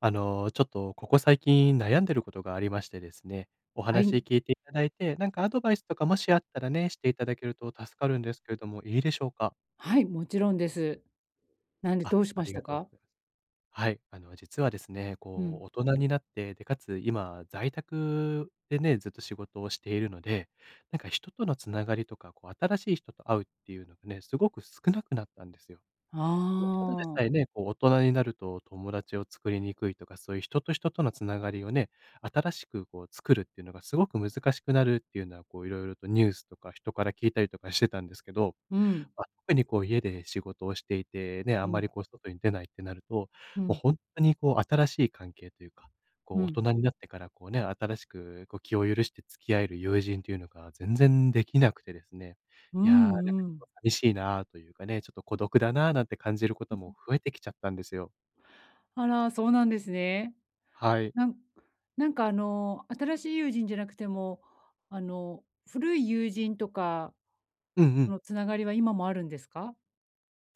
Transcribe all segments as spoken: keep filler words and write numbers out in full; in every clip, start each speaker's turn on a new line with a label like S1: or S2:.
S1: あの、ちょっとここ最近悩んでることがありましてですね、お
S2: は
S1: 話
S2: い。
S1: 聞いていただいて、なんかアドバイスとかもしあったらね、していただけると助かるんですけれども、いいでしょうか？
S2: はい、もちろんです。なんで
S1: あ、
S2: どうし
S1: あ
S2: ま
S1: り
S2: し
S1: が
S2: た
S1: とう
S2: か？
S1: ございます。はい、あの、実はですね、
S2: う
S1: こ
S2: ん。
S1: う、大人になって、で、かつ今在宅でね、ずっと仕事をしているので、なんか人とのつながりとか、こう、新しい人と会うっていうのがね、すごく少なくなったんですよ。
S2: あ
S1: まあ、ただでさえ
S2: あ。
S1: ね、こう大人になると友達を作りにくいとか、そういう人と人とのつながりをね、新しくこう作るっていうのがすごく難しくなるっていうのは、こういろいろとニュースとか人から聞いたりとかしてたんですけど。
S2: うん。
S1: ま、特にこう家で仕事をしていて、ね、あん
S2: う
S1: ま
S2: ん。
S1: りこう外に出ないってなると、
S2: う
S1: もう
S2: ん。
S1: ほんとにこう新しい関係というか、こう
S2: う
S1: 大
S2: ん。
S1: 人になってからこうね、新しくこう気を許して付き合える友人というのが全然できなくてですね、
S2: う
S1: いや、なんかち
S2: んうん。
S1: ょっと寂しいなというかね、ちょっと孤独だななんて感じることも 増えてきちゃったんですよ。
S2: あら、そうなんですね。
S1: はい。
S2: なんなんかあの、新しい友人じゃなくても、あの、古い友人とか
S1: うんうん。
S2: のつながりは今もあるんですか？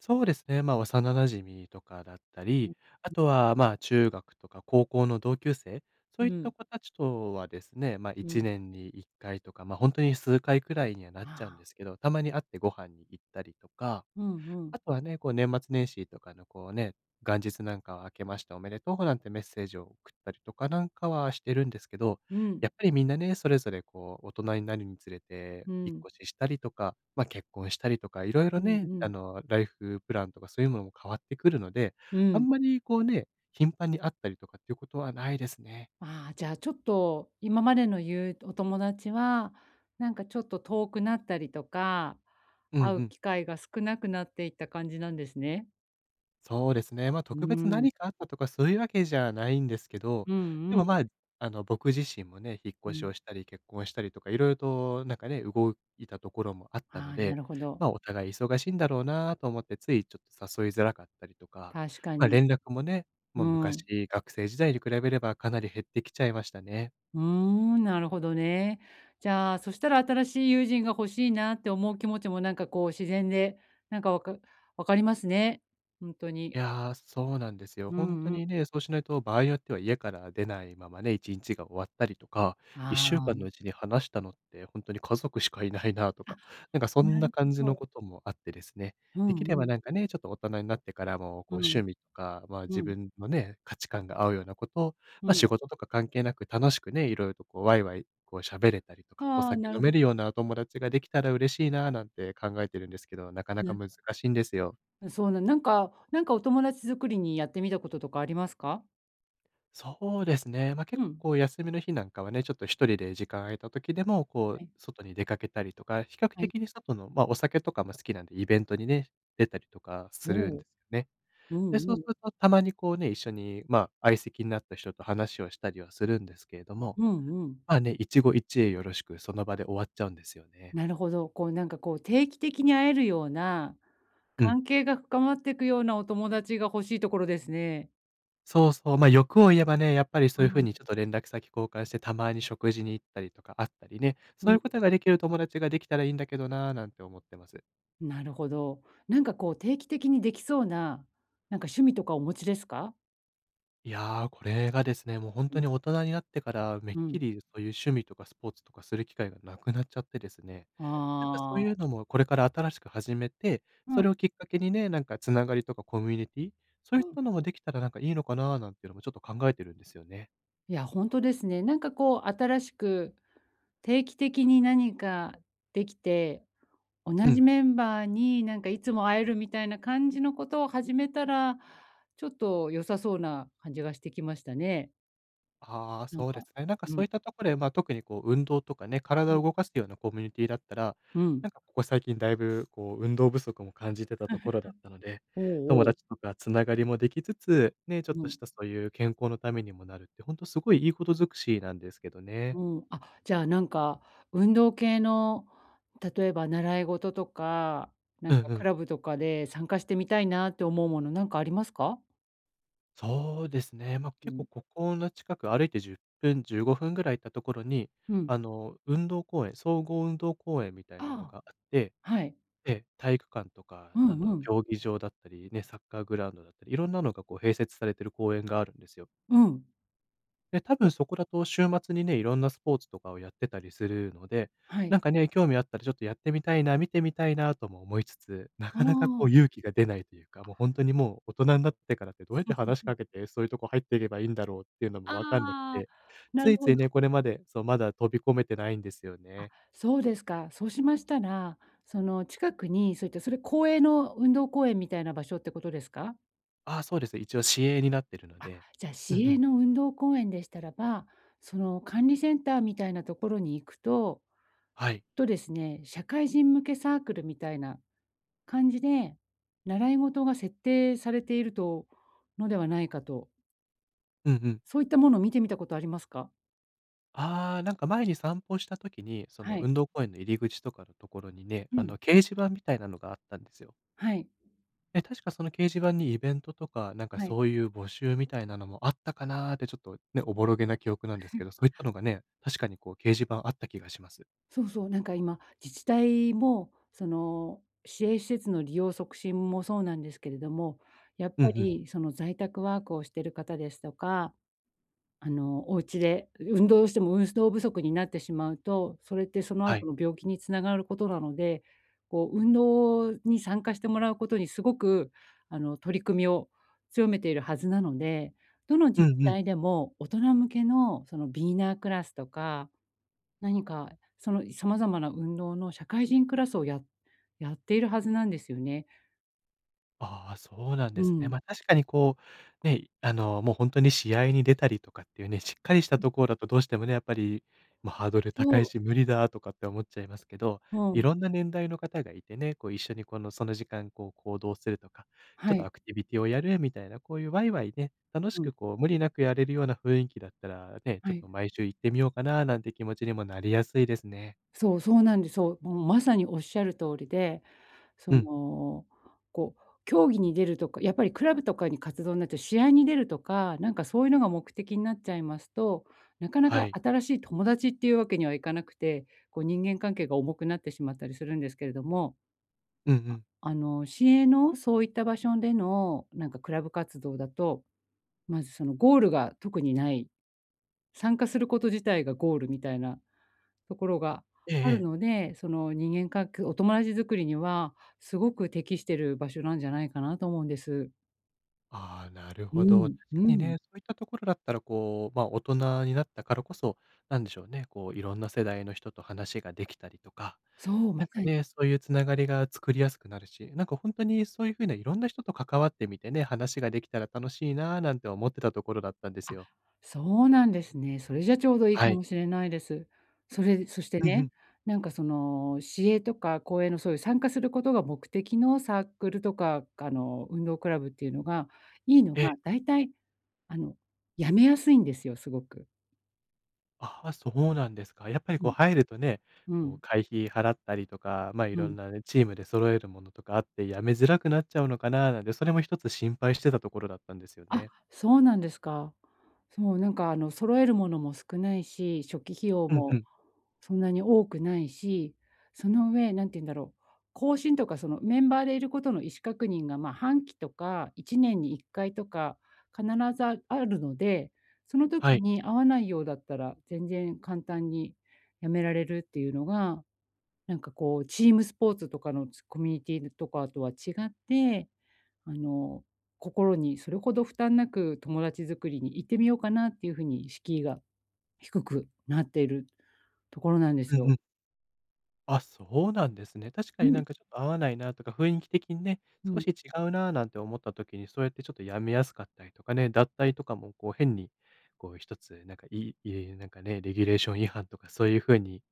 S1: そうですね、まあ、幼馴染とかだった
S2: う
S1: り、
S2: ん。
S1: あとは、まあ、中学とか高校の同級生、そ
S2: う
S1: ういった
S2: ん。
S1: 子たちとはですね、まあ、
S2: う
S1: 1
S2: ん。
S1: 年にいっかいとか、まあ、本当に数回くらいにはなっ
S2: あ
S1: ちゃうんで
S2: あ。
S1: すけど、たまに会ってご飯に行ったりとか。
S2: うんうん。
S1: あとはね、こう年末年始とかのこうね、元日なんかは明けましておめでとうなんてメッセージを送ったりとかなんかはしてるんですけど、
S2: うん。
S1: やっぱりみんなね、それぞれこう大人になるにつれて、
S2: う
S1: 引っ
S2: ん。
S1: 越ししたりとか、ま、結婚したりとか、いろいろ
S2: うん
S1: ね、
S2: う
S1: あ
S2: ん。
S1: の、ライフプランとかそういうものも変わってくるので、
S2: う
S1: あん
S2: ん。
S1: まりこうね、頻繁に会ったりとかっていうことはないですね。
S2: ああ、じゃあちょっと、今までのゆうお友達は、なんかちょっと遠くなったりとか、
S1: うんう
S2: 会う
S1: ん。
S2: 機会が少なくなっていった感じなんですね。
S1: そうですね。ま、
S2: う
S1: 特別
S2: ー
S1: 何
S2: ん。
S1: かあったとかそういうわけじゃないんですけど、
S2: うん
S1: で
S2: うん。
S1: も、まあ、あの、僕自身もね、引っ
S2: う
S1: 越し
S2: ん。
S1: をしたり結婚したりとか色々となんかね、動いたところもあったの
S2: ああ、な
S1: で、
S2: るほど。
S1: ま、お互い忙しいんだろうなと思ってついちょっと誘いづらかったりとか、
S2: 確か
S1: ま、
S2: に。
S1: 連絡もね、もう
S2: うん。
S1: 昔学生時代に比べればかなり減ってきちゃいましたね。
S2: うーん、なるほどね。じゃあ、そしたら新しい友人が欲しいなって思う気持ちもなんかこう自然で、なんかわかわかりますね。ほんと
S1: い
S2: に。
S1: やー、そうなんですよ。
S2: う
S1: 本当
S2: んうん。
S1: にね、そうしないと場合によっては家から出ないままね、いちにちが終わったりとか、
S2: あ
S1: いっしゅうかんのう
S2: あ。
S1: ちに話したのって本当に家族しかいないなと
S2: あ、
S1: か、なんかそん
S2: な
S1: な
S2: る
S1: 感じの
S2: ほど。
S1: こともあってですね、
S2: う
S1: で
S2: ん
S1: きれ
S2: う
S1: ば
S2: ん。
S1: なんかね、ちょっと大人になってからも、こう
S2: うん。
S1: 趣味とか、まあ、
S2: う
S1: 自
S2: ん。
S1: 分のね、価値観が合うようなことを、
S2: う
S1: ま、仕
S2: ん。
S1: 事とか関係なく楽しくね、いろいろとこうワイワイ、こう喋れたりとか、お
S2: ああ、
S1: 酒
S2: な
S1: 飲
S2: るほ
S1: め
S2: ど
S1: るようなお友達ができたら嬉しいななんて考えてるんですけど、なかなか
S2: ね。
S1: 難しいんですよ。
S2: そうなんなんかなんかお友達作りにやってみたこととかありますか？
S1: そうですね。まあ、結
S2: う
S1: 構
S2: ん。
S1: こう休みの日なんかはね、ちょっと一人で時間空いた時でも、こ
S2: は
S1: う
S2: い、
S1: 外に出かけたりとか、比較
S2: はい。
S1: 的に外の、まあ、お酒とかも好きなんで、イベントにね、出たりとか
S2: お
S1: するん
S2: お。
S1: ですよね。
S2: う
S1: で、
S2: ん
S1: そう
S2: うん。
S1: するとたまにこうね、一緒に、まあ、相席になった人と話をしたりはするんですけれども、
S2: うんうん。
S1: まあね、一期一会よろしくその場で終わっちゃうんですよね。
S2: なるほど。こうなんかこう定期的に会えるような、
S1: うん。
S2: 関係が深まってくようなお友達が欲しいところですね。
S1: そうそう、ま、あ欲を言えばね、やっぱりそう
S2: う
S1: いう風う
S2: ん、
S1: にちょっと連絡先交換して、たまに食事に行ったりとかあったりね、
S2: う
S1: そうい
S2: ん。
S1: うことができる友達ができたらいいんだけどな、なんて思ってます。
S2: なるほど。なんかこう定期的にできそうな、なんか趣味とかお持ちですか？
S1: いやー、これがですね、もう本
S2: う
S1: 当
S2: ん、
S1: に大人になってから、めっ
S2: う
S1: き
S2: ん。
S1: りそういう趣味とかスポーツとかする機会がなくなっちゃってですね、なんかそう
S2: あ
S1: い
S2: あ。
S1: うのもこれから新しく始めて、そ
S2: うん、
S1: れをきっかけにね、なんかつながりとかコミュニティ、そうい
S2: う
S1: っ
S2: ん。
S1: たのもできたらなんかいいのかな、なんていうのもちょっと考えてるんですよね。
S2: いや、本当ですね。なんかこう新しく、定期的に何かできて、同
S1: う
S2: じ
S1: ん。
S2: メンバーになんかいつも会えるみたいな感じのことを始めたら、ちょっと良さそうな感じがしてきましたね。
S1: ああ、
S2: なん
S1: そうで
S2: か、
S1: すね。なんか
S2: う
S1: そ
S2: ん、
S1: ういったところで、まあ、特にこう運動とかね、
S2: う
S1: 体
S2: ん、
S1: を動かすようなコミュニティだったら、
S2: うん。
S1: なんかここ最近だいぶこう運動不足も感じてたところだったので、
S2: お
S1: 友
S2: うおう、
S1: 達とかつながりもできつつ、ね、ちょっ
S2: う
S1: と
S2: ん、
S1: したそういう健康のためにもなるって、本当すごいいいことづくしなんですけどね。
S2: うん。あ、じゃあなんか、運動系の、例えば習い事とか、な
S1: うん
S2: んか
S1: う
S2: ク
S1: ん。
S2: ラブとかで参加してみたいなって思うものなんかありますか？
S1: そうですね。まあ、
S2: う
S1: 結構
S2: ん、
S1: ここの近く歩いてじゅっぷん、じゅうごふんぐらい行ったところに、
S2: うん。
S1: あの、運動公園、総合運動公園みたい
S2: あ
S1: なの
S2: あ、
S1: があって、
S2: はい。
S1: ええ、体育館とか、
S2: う
S1: あ
S2: ん
S1: の、
S2: うん。
S1: 競技場だったり、ね、サッカーグラウンドだったり、いろんなのがこう併設されてる公園があるんですよ。
S2: うん。
S1: で、多分
S2: お
S1: そこだと週末にね、いろんなスポーツとかをやってたりするので、
S2: は
S1: な
S2: い。
S1: んかね、興味あったらちょっとやってみたいな、見てみたいなとも思いつつ、な
S2: あ
S1: かなか
S2: あ。
S1: こう勇気が出ないというか、もうほんとにもう大人になってからってどうやって話しかけて、そういうとこ入っていけばいいんだろうっていうのも
S2: あ
S1: わかんなく
S2: あ、
S1: て、
S2: な
S1: つ
S2: る
S1: いつ
S2: ほ
S1: いね、
S2: ど。
S1: これまで、そう、まだ飛び込めてないんですよ
S2: あ、
S1: ね。
S2: そうですか。そうしましたら、その近くにそういった、それ公営の運動公園みたいな場所ってことですか？
S1: ああ、そうです。一応市営になってるの
S2: あ、
S1: で。
S2: じゃあ
S1: うん
S2: 市
S1: う
S2: 営
S1: ん。
S2: の運動公園でしたらば、その管理センターみたいなところに行くと、
S1: はい。
S2: とですね、社会人向けサークルみたいな感じで、習い事が設定されているとのではないかと、
S1: うんうん。
S2: そういったものを見てみたことありますか？
S1: ああ、なんか前に散歩した時に、その
S2: はい。
S1: 運動公園の入り口とかのところにね、
S2: う
S1: あ
S2: ん。
S1: の、掲示板みたいなのがあったんですよ。
S2: はい。
S1: で、確かその掲示板にイベントとか、なんか
S2: はい。
S1: そういう募集みたいなのもあったかなーってちょっとね、おぼろげな記憶なんですけど、そ ういったのがね、確かにこう掲示板あった気がします。
S2: そうそう、なんか今、自治体も、その、支援施設の利用促進もそうなんですけれども、やっ
S1: うんう
S2: ぱ
S1: ん。
S2: りその在宅ワークをしている方ですとか、あの、お家で運動しても運動不足になってしまうと、それってその
S1: は
S2: 後
S1: い。
S2: の病気につながることなので、こう運動に参加してもらうことにすごく、あの、取り組みを強めているはずなので、どの
S1: う
S2: 自治
S1: んうん。
S2: 体でも大人向けのそのビーナークラスとか何か、そのさまざまな運動の社会人クラスをややっているはずなんですよね。
S1: ああ、そうなん
S2: う
S1: ですね。
S2: ん。
S1: ま、確かにこう、ね、あの、もう本当に試合に出たりとかっていうね、しっかりしたところだとどうしてもね、やっぱり、まあ、ハードル
S2: そ
S1: 高い
S2: う、
S1: し無理だとかって思っちゃいますけど、
S2: う
S1: い
S2: ん、
S1: ろんな年代の方がいてね、こう一緒にこのその時間こう行動するとか、ちょっ
S2: は
S1: とア
S2: い、
S1: クティビティをやるみたいな、こういうワイワイね、楽し
S2: うん、
S1: くこう無理なくやれるような雰囲気だったら、ね、ちょ
S2: は
S1: っ
S2: い。
S1: と毎週行ってみようかななんて気持ちにもなりやすいですね。
S2: そう、そうなんです。そう、もうまさにおっしゃる通りで、そ
S1: うん、
S2: の、こう、競技に出るとか、やっぱりクラブとかに活動になって試合に出るとか、なんかそういうのが目的になっちゃいますと、なかな
S1: は
S2: か
S1: い。
S2: 新しい友達っていうわけにはいかなくて、こう人間関係が重くなってしまったりするんですけれども、
S1: うんうん。
S2: あの、市営のそういった場所での、なんかクラブ活動だと、まずそのゴールが特にない、参加すること自体がゴールみたいなところが
S1: ええ
S2: ある
S1: ええ。
S2: ので、その人間関係お友達作りにはすごく適してる場所なんじゃないかなと思うんです。
S1: ああ、なる
S2: う
S1: ほど。確
S2: ん、う
S1: かに
S2: ん。
S1: ね、そういったところだったら、こう、まあ、大人になったからこそ、なんでしょうね、こう、いろんな世代の人と話ができたりとか、
S2: そう、ま
S1: なんか
S2: さに
S1: ね、そういうつながりが作りやすくなるし、なんか本当にそういうふうないろんな人と関わってみてね、話ができたら楽しいな、なんて思ってたところだったんですよ。
S2: そうなんですね。それじゃちょうどいい
S1: は
S2: か
S1: い。
S2: もしれないです。それ、そして
S1: うんう
S2: ね、
S1: ん。
S2: なんかその、市営とか公営のそういう参加することが目的のサークルとか、あの、運動クラブっていうのが、いいの
S1: ええ、
S2: が、大体、あの、辞めやすいんですよ、すごく。
S1: ああ、そうなんですか。やっぱり
S2: う
S1: こう
S2: ん、
S1: 入るとね、
S2: う
S1: こう
S2: ん、
S1: 会費払ったりとか、ま、い
S2: う
S1: ろん
S2: ん。
S1: なね、チームで揃えるものとかあって、やめづらくなっちゃうのかななんて、それも一つ心配してたところだったんですよ
S2: あ、
S1: ね。
S2: そうなんですか。そう、なんかあの、揃えるものも少ないし、初期費用
S1: うんう
S2: も
S1: ん。
S2: そんなに多くないし、その上、何て言うんだろう、更新とかそのメンバーでいることの意思確認が、まあ、半期とかいちねんにいっかいとか必ずあるので、その
S1: は
S2: 時
S1: い。
S2: に合わないようだったら、全然簡単にやめられるっていうのが、なんかこうチームスポーツとかのコミュニティとかとは違って、あの、心にそれほど負担なく友達作りに行ってみようかなっていうふうに敷居が低くなっているところなんです
S1: うん
S2: よ。
S1: うん。あ、そうなんですね。確か
S2: う
S1: にな
S2: ん。
S1: んかちょっと合わないなとか、雰囲気的にね、
S2: う
S1: 少
S2: ん。
S1: し違うななんて思った時に、そうやってちょっとやめやすかったりとかね、脱退とかもこう変に、こう一つなんかいいいいなんかね、レギュレーション違反とかそういう風に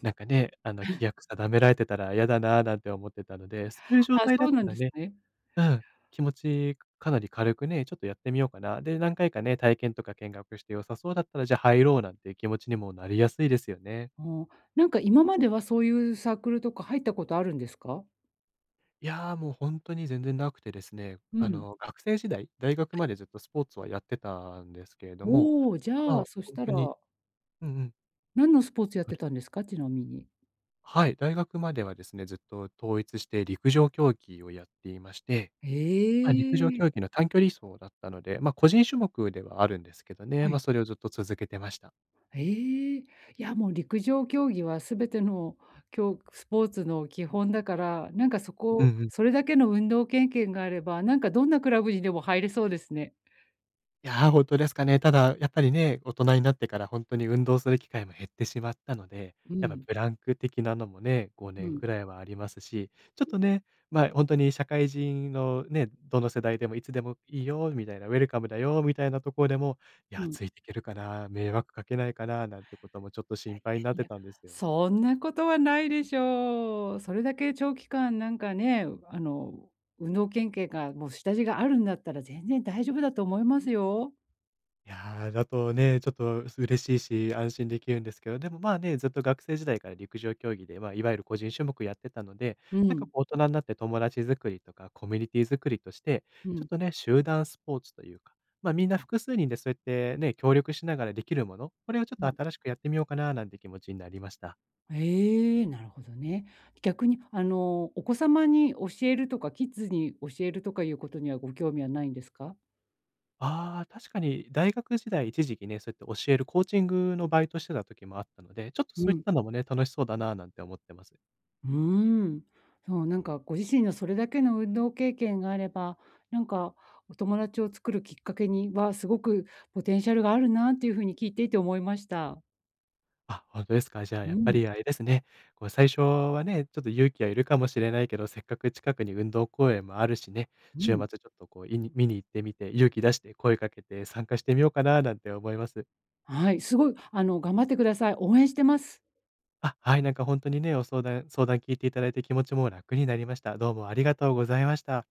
S1: なんかね、あの、規約定められてたら嫌だななんて思ってたので、そういう状
S2: あ、
S1: 態だ
S2: そ
S1: っ
S2: うな
S1: た
S2: ん
S1: ら
S2: です
S1: ね、
S2: ね。
S1: うん、気持ちかなり軽くね、ちょっとやってみようかな。で、何回かね、体験とか見学して良さそうだったら、じゃあ入ろうなんていう気持ちにもなりやすいですよね。
S2: ああ、なんか今まではそういうサークルとか入ったことあるんですか？
S1: いや、もう本当に全然なくてですね、
S2: う
S1: あ
S2: ん。
S1: の、学生時代、大学
S2: は
S1: ま
S2: い。
S1: でずっとスポーツはやってたんですけれども、
S2: おお、じ
S1: ま
S2: ゃ
S1: あ、
S2: あ、そし
S1: 本
S2: た
S1: 当に
S2: ら、
S1: うんうん、
S2: 何のスポーツやっ
S1: そ
S2: て
S1: れ
S2: たんですか？ちなみに。
S1: はい、大学まではですね、ずっと統一して陸上競技をやっていまして、
S2: え
S1: まあ、陸上
S2: え、
S1: 競技の短距離走だったので、まあ、個人種目ではあるんですけどね、
S2: は
S1: まあ、
S2: い。
S1: それをずっと続けてました。
S2: ええ、いや、もう陸上競技は全てのきょうスポーツの基本だから、なんかそ
S1: うんう
S2: こ
S1: ん。
S2: それだけの運動経験があれば、なんかどんなクラブにでも入れそうですね。
S1: いやー、ほんですかね。ただ、やっぱりね、大人になってから本当に運動する機会も減ってしまったので、
S2: う
S1: やっぱ
S2: ん、
S1: ブランク的なのもね、
S2: う
S1: ごねん
S2: ん、
S1: くらいはありますし、ちょっとね、まあ、本当に社会人のね、どの世代でもいつでもいいよみたいな、ウェルカムだよみたいなところでも、いや、
S2: うん。
S1: ついていけるかな、迷惑かけないかな、なんてこともちょっと
S2: い
S1: 心配になっ
S2: やい
S1: て
S2: や、
S1: たんですよ。
S2: そんなことはないでしょう。それだけ長期間なんかね、あの、運動神経がもう下地があるんだったら全然大丈夫だと思いますよ。
S1: いやー、だとね、ちょっと嬉しいし、安心できるんですけど、でも、まあね、ずっと学生時代から陸上競技で、まあ、いわゆる個人種目やってたので、
S2: う
S1: なんか
S2: ん、
S1: こう大人になって友達作りとかコミュニティ作りとして、
S2: う
S1: ちょっ
S2: ん。
S1: とね、集団スポーツというか、ま、みんな
S2: あ、
S1: 複数人でそうやってね、協力しながらできるもの、これをちょっ
S2: う
S1: と
S2: ん。
S1: 新しくやってみようかななんて気持ちになりました。
S2: ええ、なるほどね。逆にあの、お子様に教えるとか、キッズに教えるとかいうことにはご興味はないんですか？
S1: ああ、確かに大学時代一時期ね、そうやって教えるコーチングのバイトしてた時もあったので、ちょっとそう
S2: う
S1: いっ
S2: ん。
S1: たのもね、楽しそうだななんて思ってます。
S2: うーん。そう、なんかご自身のそれだけの運動経験があれば、なんかお友達を作るきっかけには、すごくポテンシャルがあるなっていうふうに聞いていて思いました。
S1: あ、本当ですか。じゃあ、や
S2: う
S1: っぱ
S2: ん、
S1: りあれですね、こう最初はね、ちょっと勇気はいるかもしれないけど、せっかく近くに運動公園もあるしね、
S2: う
S1: 週末
S2: ん。
S1: ちょっとこう、いに見に行ってみて、勇気出して声かけて参加してみようかななんて思います。
S2: はい、すごいあの、頑張ってください。応援してます。
S1: あ、はい、なんか本当にね、お相談相談聞いていただいて気持ちも楽になりました。どうもありがとうございました。